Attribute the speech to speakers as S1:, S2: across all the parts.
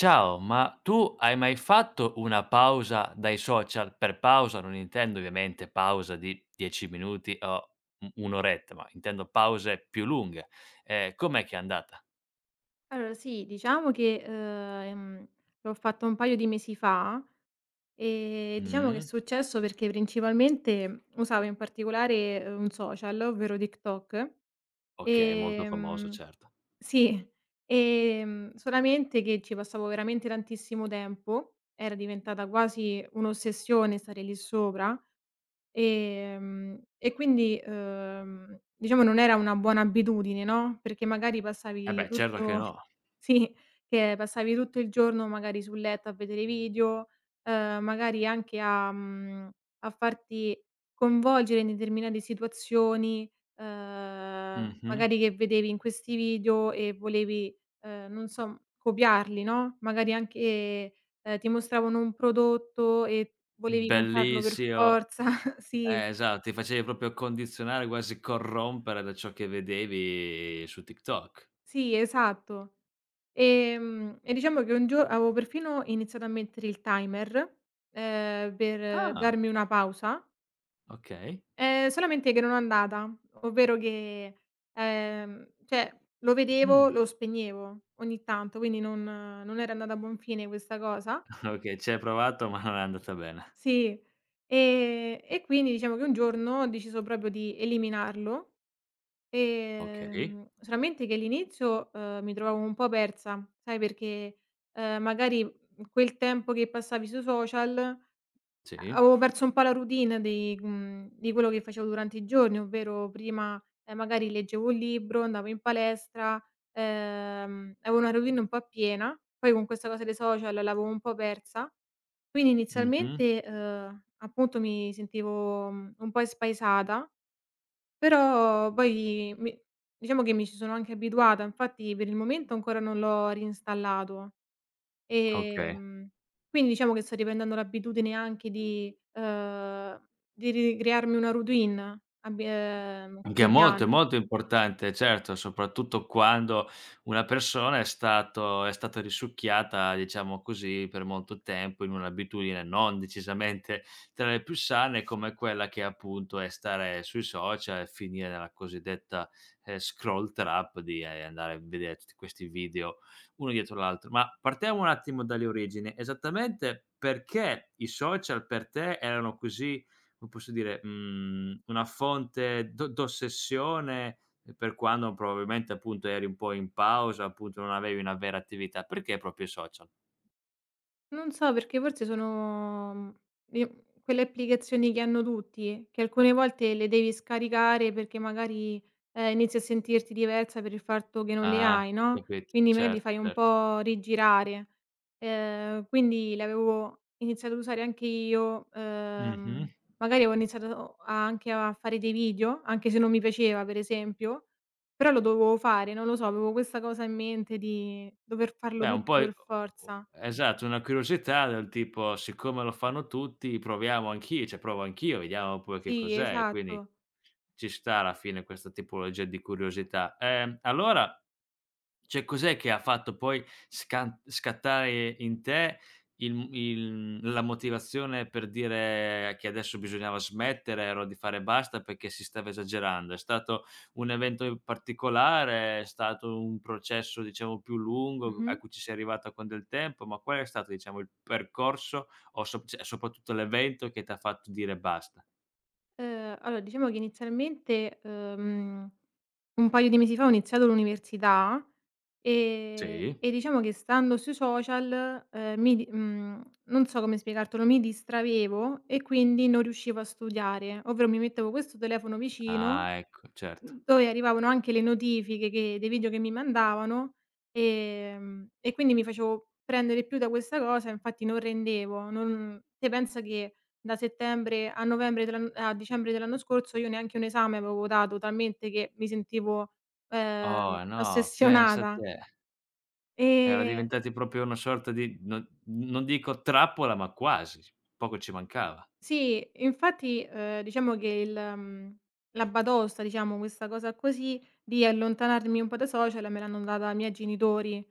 S1: Ciao, ma tu hai mai fatto una pausa dai social? Per pausa non intendo ovviamente pausa di 10 minuti o u un'oretta, ma intendo pause più lunghe. Com'è che è andata?
S2: Allora sì, diciamo che, l'ho fatto un paio di mesi fa e diciamo che è
S1: Mh,
S2: successo perché principalmente usavo in particolare, un social, ovvero TikTok,
S1: okay, molto famoso,
S2: ehm
S1: certo.
S2: sì, solamente che ci passavo veramente tantissimo tempo, era diventata quasi un'ossessione stare lì sopra. E quindi, diciamo non era una buona abitudine, no, perché magari
S1: Eh
S2: passavi
S1: beh, certo che
S2: tutto.
S1: no.
S2: Sì, che passavi tutto il giorno magari sul letto a vedere video, magari anche a a farti coinvolgere in determinate situazioni, uhm,
S1: Mh-mh.
S2: magari che vedevi in questi video e volevi, non so, copiarli, no, magari anche, ti mostravano un prodotto e volevi comprarlo per
S1: Bellissimo.
S2: forza. Sì,
S1: Esatto, ti facevi proprio condizionare, quasi corrompere da ciò che vedevi su TikTok.
S2: sì, esatto. E diciamo che un gio avevo perfino iniziato a mettere il timer, per
S1: Ah,
S2: darmi una pausa,
S1: okay.
S2: solamente che non è andata, ovvero che, cioè lo vedevo,
S1: Mh,
S2: lo spegnevo ogni tanto, quindi non era andata a buon fine questa cosa.
S1: okay, ci hai provato ma non è andata bene.
S2: Sì, e quindi diciamo che un giorno ho deciso proprio di eliminarlo.
S1: Okay.
S2: Solamente che all'inizio, mi trovavo un po' persa, sai perché, magari, quel tempo che passavi sui social
S1: Sì.
S2: avevo perso un po' la routine di di quello che facevo durante i giorni, ovvero prima, magari leggevo un libro, andavo in palestra, avevo una routine un po' piena, poi con questa cosa dei social l'avevo un po' persa. Quindi
S1: Mh-mh.
S2: inizialmente, appunto mi sentivo, un po' espaesata, però poi mi diciamo che mi ci sono anche abituata, infatti per il momento ancora non l'ho reinstallato.
S1: Okay.
S2: Ehm, quindi diciamo che sto riprendendo l'abitudine anche di ricrearmi una routine abbi
S1: Che è
S2: quotidiana.
S1: molto importante, certo, soprattutto quando una persona è stata risucchiata, diciamo così, per molto tempo in un'abitudine non decisamente tra le più sane, come quella che appunto è stare sui social e finire nella cosiddetta, scroll trap di, andare a vedere tutti questi video uno dietro l'altro. Ma partiamo un attimo dalle origini. Esattamente perché i social per te erano così. Come posso dire, una fonte d'ossessione per quando probabilmente, appunto, eri un po' in pausa, appunto, non avevi una vera attività. Perché proprio i social?
S2: Non so perché forse sono, io quelle applicazioni che hanno tutti, che alcune volte le devi scaricare perché magari, inizi a sentirti diversa per il fatto che non le
S1: Ah,
S2: hai, no,
S1: capito.
S2: quindi magari ti
S1: Certo,
S2: fai un
S1: certo.
S2: po' rigirare. Quindi l'avevo iniziato ad usare anche io,
S1: Mh-mh.
S2: magari avevo iniziato anche a fare dei video, anche se non mi piaceva per esempio, però lo dovevo fare, non lo so, avevo questa cosa in mente di dover farlo
S1: Beh, un
S2: tutto
S1: po' i
S2: per
S1: o
S2: forza.
S1: esatto, una curiosità del tipo: siccome lo fanno tutti proviamo anch'io, cioè provo anch'io, vediamo poi che
S2: Sì,
S1: cos'è, quindi
S2: esatto.
S1: ci sta alla fine questa tipologia di curiosità. Allora, cioè cos'è che ha fatto poi scan scattare in te il la motivazione per dire che adesso bisognava smettere, ero di fare basta perché si stava esagerando? È stato un evento in particolare? È stato un processo, diciamo, più lungo
S2: Mh-mh.
S1: a cui ci sei arrivata con del tempo? Ma qual è stato, diciamo, il percorso o sop cioè soprattutto l'evento che t'ha fatto dire basta?
S2: Allora diciamo che inizialmente, un paio di mesi fa ho iniziato l'università,
S1: Sì.
S2: e diciamo che stando sui social, non so come spiegartelo, mi distraevo e quindi non riuscivo a studiare, ovvero mi mettevo questo telefono vicino.
S1: Ah, ecco, certo.
S2: Dove arrivavano anche le notifiche che dei video che mi mandavano, e quindi mi facevo prendere più da questa cosa, infatti non rendevo, non te pensa che da settembre a novembre dell'ann a dicembre dell'anno scorso io neanche un esame avevo dato, talmente che mi sentivo,
S1: Oh no, pensa a
S2: ossessionata.
S1: te. Era
S2: Ehm,
S1: diventati proprio una sorta di non dico trappola, ma quasi. Poco ci mancava.
S2: sì, infatti, diciamo che la batosta, diciamo, questa cosa così, di allontanarmi un po' dai social me l'hanno data i miei genitori.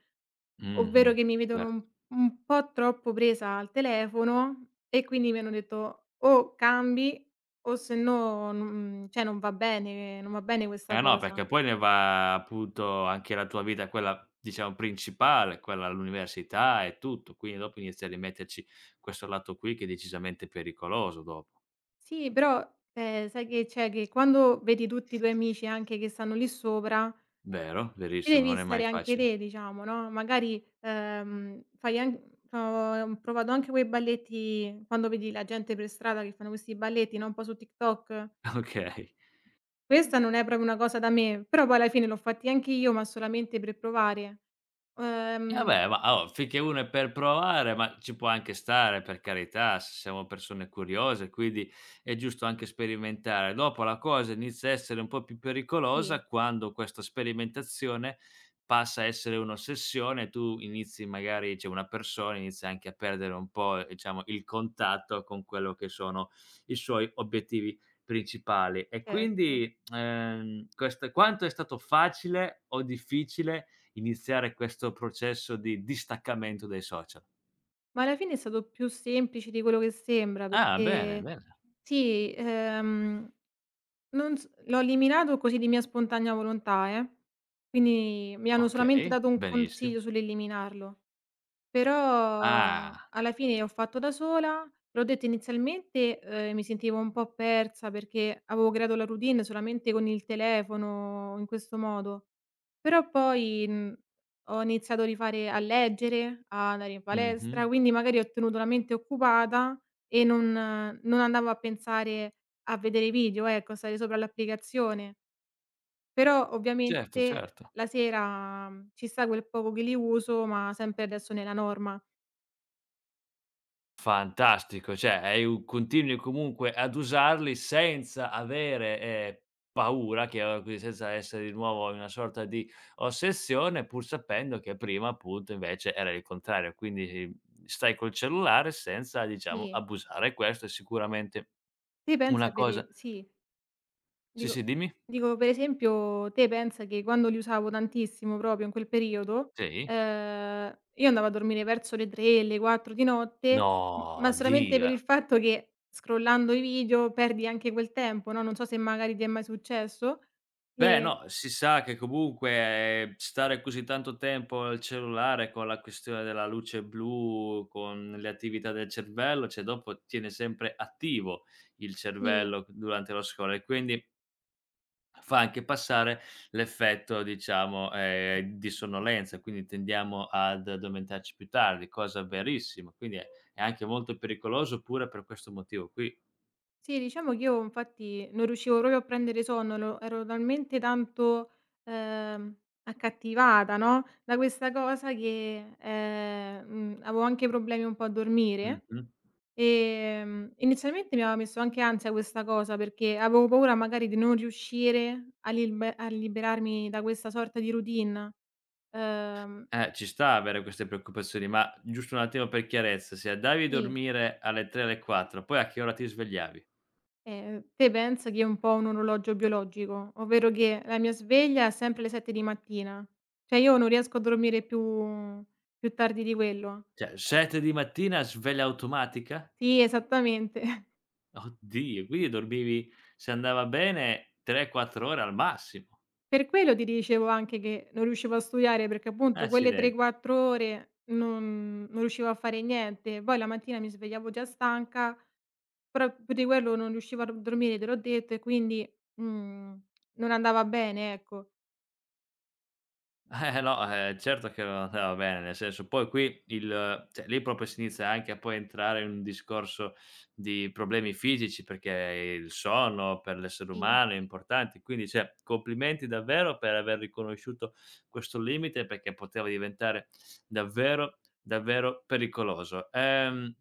S2: Ovvero
S1: Mh-mh,
S2: che mi vedono
S1: cer.
S2: un po' troppo presa al telefono e quindi mi hanno detto: "O cambi o se no non cioè non va bene non va bene questa
S1: Eh no,
S2: cosa".
S1: perché poi ne va appunto anche la tua vita quella, diciamo, principale, quella l'università e tutto, quindi dopo inizi a rimetterci questo lato qui che è decisamente pericoloso dopo.
S2: Sì, però, sai che c'è, che quando vedi tutti i tuoi amici anche che stanno lì sopra,
S1: Vero,
S2: ci
S1: verissimo,
S2: devi
S1: non è mai
S2: stare anche
S1: facile.
S2: te diciamo, no, magari, fai an ho provato anche quei balletti quando vedi la gente per strada che fanno questi balletti, no, un po' su TikTok.
S1: Okay.
S2: Questa non è proprio una cosa da me, però poi alla fine l'ho fatti anche io, ma solamente per provare.
S1: E
S2: Ehm,
S1: vabbè, ma oh, finché uno è per provare, ma ci può anche stare, per carità, s siamo persone curiose, quindi è giusto anche sperimentare. Dopo la cosa inizia a essere un po' più
S2: sì,
S1: pericolosa quando questa sperimentazione passa a essere un'ossessione, tu inizi magari cioè una persona inizia anche a perdere un po', diciamo il contatto con quello che sono i suoi obiettivi principali. E
S2: certo.
S1: quindi, questa quanto è stato facile o difficile iniziare questo processo di distaccamento dai social.
S2: Ma alla fine è stato più semplice di quello che sembra,
S1: Ah, bene,
S2: perché
S1: bene.
S2: sì, non s l'ho eliminato così di mia spontanea volontà, eh. Quindi mi hanno solamente
S1: Okay,
S2: dato un
S1: benissimo.
S2: consiglio sull'eliminarlo. Però
S1: Ah,
S2: alla fine ho fatto da sola, l'ho detto inizialmente, mi sentivo un po' persa perché avevo creato la routine solamente con il telefono, in questo modo. Però poi, ho iniziato a rifare a leggere, a andare in palestra,
S1: mh-mh.
S2: quindi magari ho tenuto la mente occupata e non non andavo a pensare a vedere video, ecco, a stare sopra l'applicazione. Però
S1: Certo,
S2: ovviamente
S1: certo.
S2: la sera, ci sta quel poco che li uso, ma sempre adesso nella norma.
S1: Fantastico, cioè hai u continui comunque ad usarli senza avere, paura, chiamiamola così, senza essere di nuovo in una sorta di ossessione, pur sapendo che prima appunto invece era il contrario. Quindi stai col cellulare senza diciamo
S2: Sì,
S1: abusare. Questo è sicuramente
S2: te pensa
S1: una
S2: per
S1: cosa.
S2: sì,
S1: Sì,
S2: dico
S1: sì, dimmi.
S2: dico per esempio te pensa che quando li usavo tantissimo proprio in quel periodo,
S1: Sì.
S2: io andavo a dormire verso le 3, le 4 di notte, m ma
S1: No,
S2: solamente per
S1: Dio.
S2: il fatto che scrollando i video perdi anche quel tempo, no, non so se magari ti è mai successo.
S1: Beh,
S2: E
S1: no, si sa che comunque stare così tanto tempo al cellulare con la questione della luce blu, con le attività del cervello, cioè dopo tiene sempre attivo il
S2: sì.
S1: cervello durante lo scuola e quindi fa anche passare l'effetto, diciamo, di sonnolenza, quindi tendiamo ad addormentarci più tardi, cosa verissima, quindi è anche molto pericoloso pure per questo motivo qui.
S2: Sì, diciamo che io infatti non riuscivo proprio a prendere sonno, lo ero talmente tanto, ehm, accattivata, no, da questa cosa che, avevo anche problemi un po' a dormire.
S1: Mh-mh.
S2: Inizialmente mi aveva messo anche ansia questa cosa, perché avevo paura magari di non riuscire a lilbe a liberarmi da questa sorta di routine. Ehm,
S1: Ci sta avere queste preoccupazioni, ma giusto un attimo per chiarezza, se andavi a
S2: sì.
S1: dormire alle 3, alle 4, poi a che ora ti svegliavi?
S2: Te pensa che è un po' un orologio biologico, ovvero che la mia sveglia è sempre alle 7 di mattina. Cioè io non riesco a dormire più tardi di quello.
S1: Cioè 7 di mattina sveglia automatica?
S2: Sì, esattamente.
S1: Oddio, quindi dormivi se andava bene 3, 4 ore al massimo.
S2: Per quello ti dicevo anche che non riuscivo a studiare perché appunto quelle 3,
S1: Acciden.
S2: 4 ore non riuscivo a fare niente. Poi la mattina mi svegliavo già stanca, però più di quello non riuscivo a d dormire, te l'ho detto, e quindi, mhmm, non andava bene, ecco.
S1: No, certo che non andava bene, nel senso poi qui il cioè lì proprio si inizia anche a poi entrare in un discorso di problemi fisici, perché il sonno per l'essere
S2: Sì.
S1: umano è importante, quindi cioè complimenti davvero per aver riconosciuto questo limite, perché poteva diventare davvero, davvero pericoloso.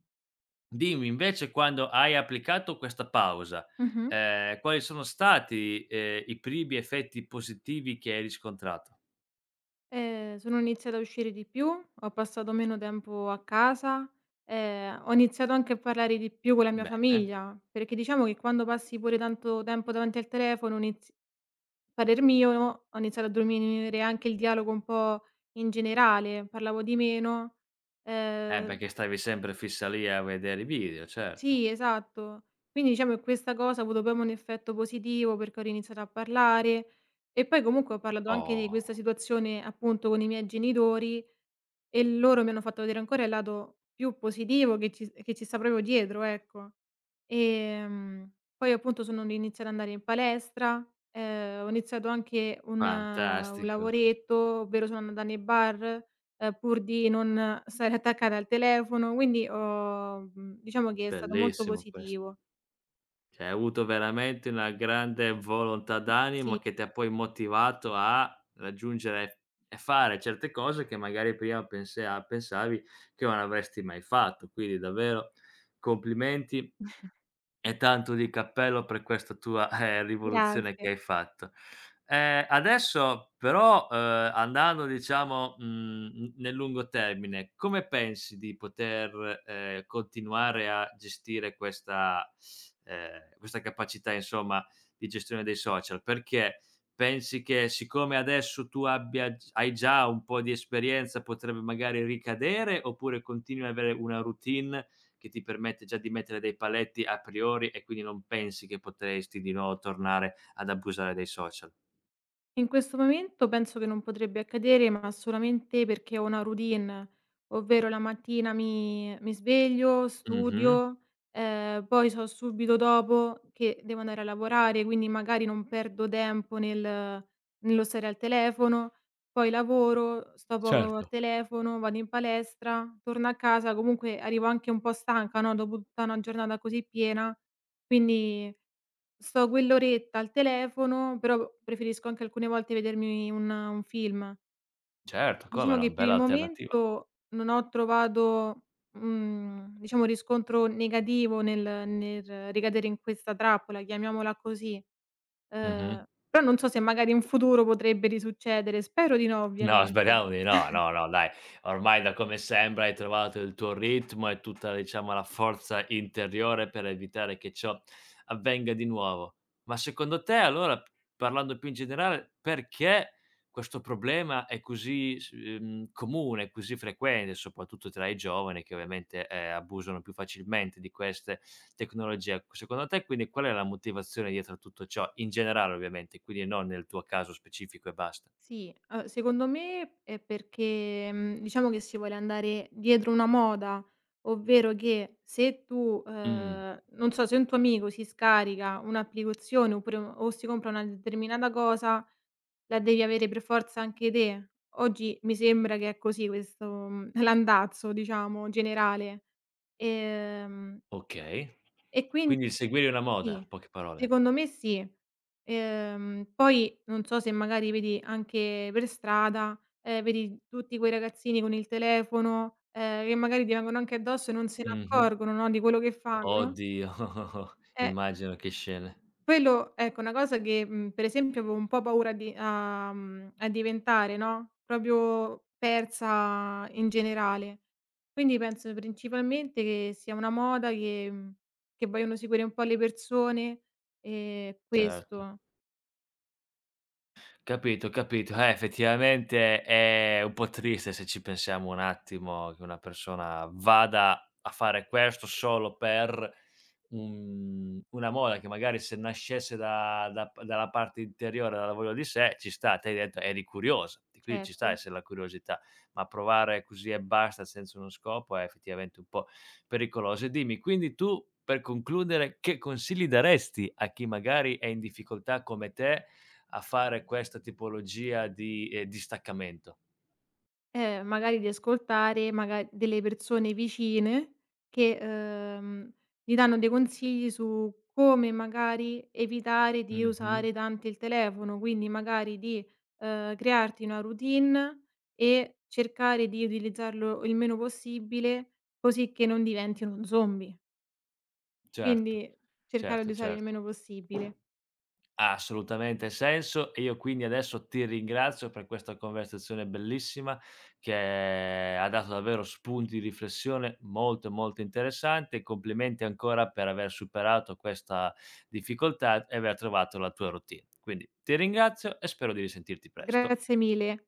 S1: Dimmi invece quando hai applicato questa pausa,
S2: Mh-mh.
S1: quali sono stati, i primi effetti positivi che hai riscontrato?
S2: Sono iniziata a uscire di più, ho passato meno tempo a casa, ho iniziato anche a parlare di più con la mia
S1: Bene.
S2: famiglia, perché diciamo che quando passi pure tanto tempo davanti al telefono inizi parer mio, no? Ho iniziato a diminuire anche il dialogo un po' in generale, parlavo di meno. Ehm
S1: Perché stavi sempre fissa lì a vedere i video, certo.
S2: sì, esatto. Quindi diciamo che questa cosa ha avuto poi un effetto positivo perché ho riiniziato a parlare e poi comunque ho parlato anche di questa
S1: Oh,
S2: situazione appunto con i miei genitori. E loro mi hanno fatto vedere ancora il lato più positivo che ci sta proprio dietro, ecco. Poi appunto sono n iniziata ad andare in palestra, ho iniziato anche un
S1: fantastico,
S2: lavoretto, ovvero sono andata nei bar, pur di non stare attaccata al telefono, quindi ho diciamo che è stato molto
S1: bellissimo questo.
S2: positivo.
S1: Cioè, hai avuto veramente una grande volontà d'animo
S2: Sì,
S1: che ti ha poi motivato a raggiungere e fare certe cose che magari prima pense a pensavi che non avresti mai fatto. Quindi davvero complimenti e tanto di cappello per questa tua, rivoluzione che
S2: grazie.
S1: hai fatto. Adesso però, andando diciamo, mhmm, n nel lungo termine, come pensi di poter, continuare a gestire questa questa capacità insomma di gestione dei social? Perché pensi che siccome adesso tu abbia g hai già un po' di esperienza potrebbe magari ricadere, oppure continui ad avere una routine che ti permette già di mettere dei paletti a priori e quindi non pensi che potresti di nuovo tornare ad abusare dei social.
S2: In questo momento penso che non potrebbe accadere, ma solamente perché ho una routine, ovvero la mattina mi sveglio,
S1: Mh-mh.
S2: studio, poi so subito dopo che devo andare a lavorare, quindi magari non perdo tempo nel nello stare al telefono, poi lavoro, sto poco al telefono, vado in palestra, torno a casa, comunque arrivo anche un po' stanca, no, dopo tutta una giornata così piena, quindi sto quell'oretta al telefono, però preferisco anche alcune volte vedermi un film.
S1: Certo, come
S2: Diciamo
S1: no,
S2: che per
S1: bella
S2: il
S1: alternativa.
S2: momento non ho trovato, diciamo un riscontro negativo nel nel ricadere in questa trappola, chiamiamola così. Uhm,
S1: Mh-mh.
S2: Però non so se magari in futuro potrebbe risuccedere, spero di no
S1: No,
S2: ovviamente.
S1: speriamo di no, no, no dai, ormai da come sembra hai trovato il tuo ritmo e tutta diciamo la forza interiore per evitare che ciò avvenga di nuovo. Ma secondo te allora, parlando più in generale, perché questo problema è così s comune, così frequente, soprattutto tra i giovani che ovviamente, abusano più facilmente di queste tecnologie? Secondo te quindi qual è la motivazione dietro a tutto ciò? In generale ovviamente, quindi non nel tuo caso specifico e basta.
S2: Sì, secondo me è perché, diciamo che si vuole andare dietro una moda, ovvero che se tu,
S1: Mh.
S2: non so, se un tuo amico si scarica un'applicazione oppure o si compra una determinata cosa, la devi avere per forza anche te. Oggi mi sembra che è così questo, l'andazzo diciamo generale. Ehm,
S1: Okay.
S2: e quindi
S1: Quindi il seguire una moda,
S2: sì,
S1: poche parole.
S2: secondo me sì. Poi non so se magari vedi anche per strada, vedi tutti quei ragazzini con il telefono, che magari ti vengono anche addosso e non se ne
S1: Mh-mh.
S2: accorgono, no, di quello che fanno.
S1: Oddio,
S2: Eh.
S1: immagino che scene.
S2: Quello ecco, una cosa che, per esempio avevo un po' paura a diventare, no, proprio persa in generale. Quindi penso principalmente che sia una moda che che vogliono seguire un po' le persone,
S1: Certo.
S2: questo
S1: Capito, capito. Effettivamente è un po' triste se ci pensiamo un attimo che una persona vada a fare questo solo per un una moda che magari se nascesse da da p dalla parte interiore, dalla voglia di sé, ci sta. Te hai detto eri curiosa, e quindi ci sta
S2: certo.
S1: essere la curiosità, ma provare così e basta senza uno scopo è effettivamente un po' pericoloso. E dimmi, quindi tu per concludere che consigli daresti a chi magari è in difficoltà come te a fare questa tipologia di staccamento.
S2: Magari di ascoltare maga delle persone vicine che, gli danno dei consigli su come magari evitare di
S1: Mh-mh.
S2: usare tanto il telefono, quindi magari di, crearti una routine e cercare di utilizzarlo il meno possibile, così che non diventi uno zombie.
S1: Certo,
S2: Quindi cercare di
S1: certo,
S2: usare il
S1: certo.
S2: meno possibile.
S1: Ha assolutamente senso e io quindi adesso ti ringrazio per questa conversazione bellissima che ha dato davvero spunti di riflessione molto, molto interessanti e complimenti ancora per aver superato questa difficoltà e aver trovato la tua routine. Quindi ti ringrazio e spero di risentirti presto.
S2: Grazie mille.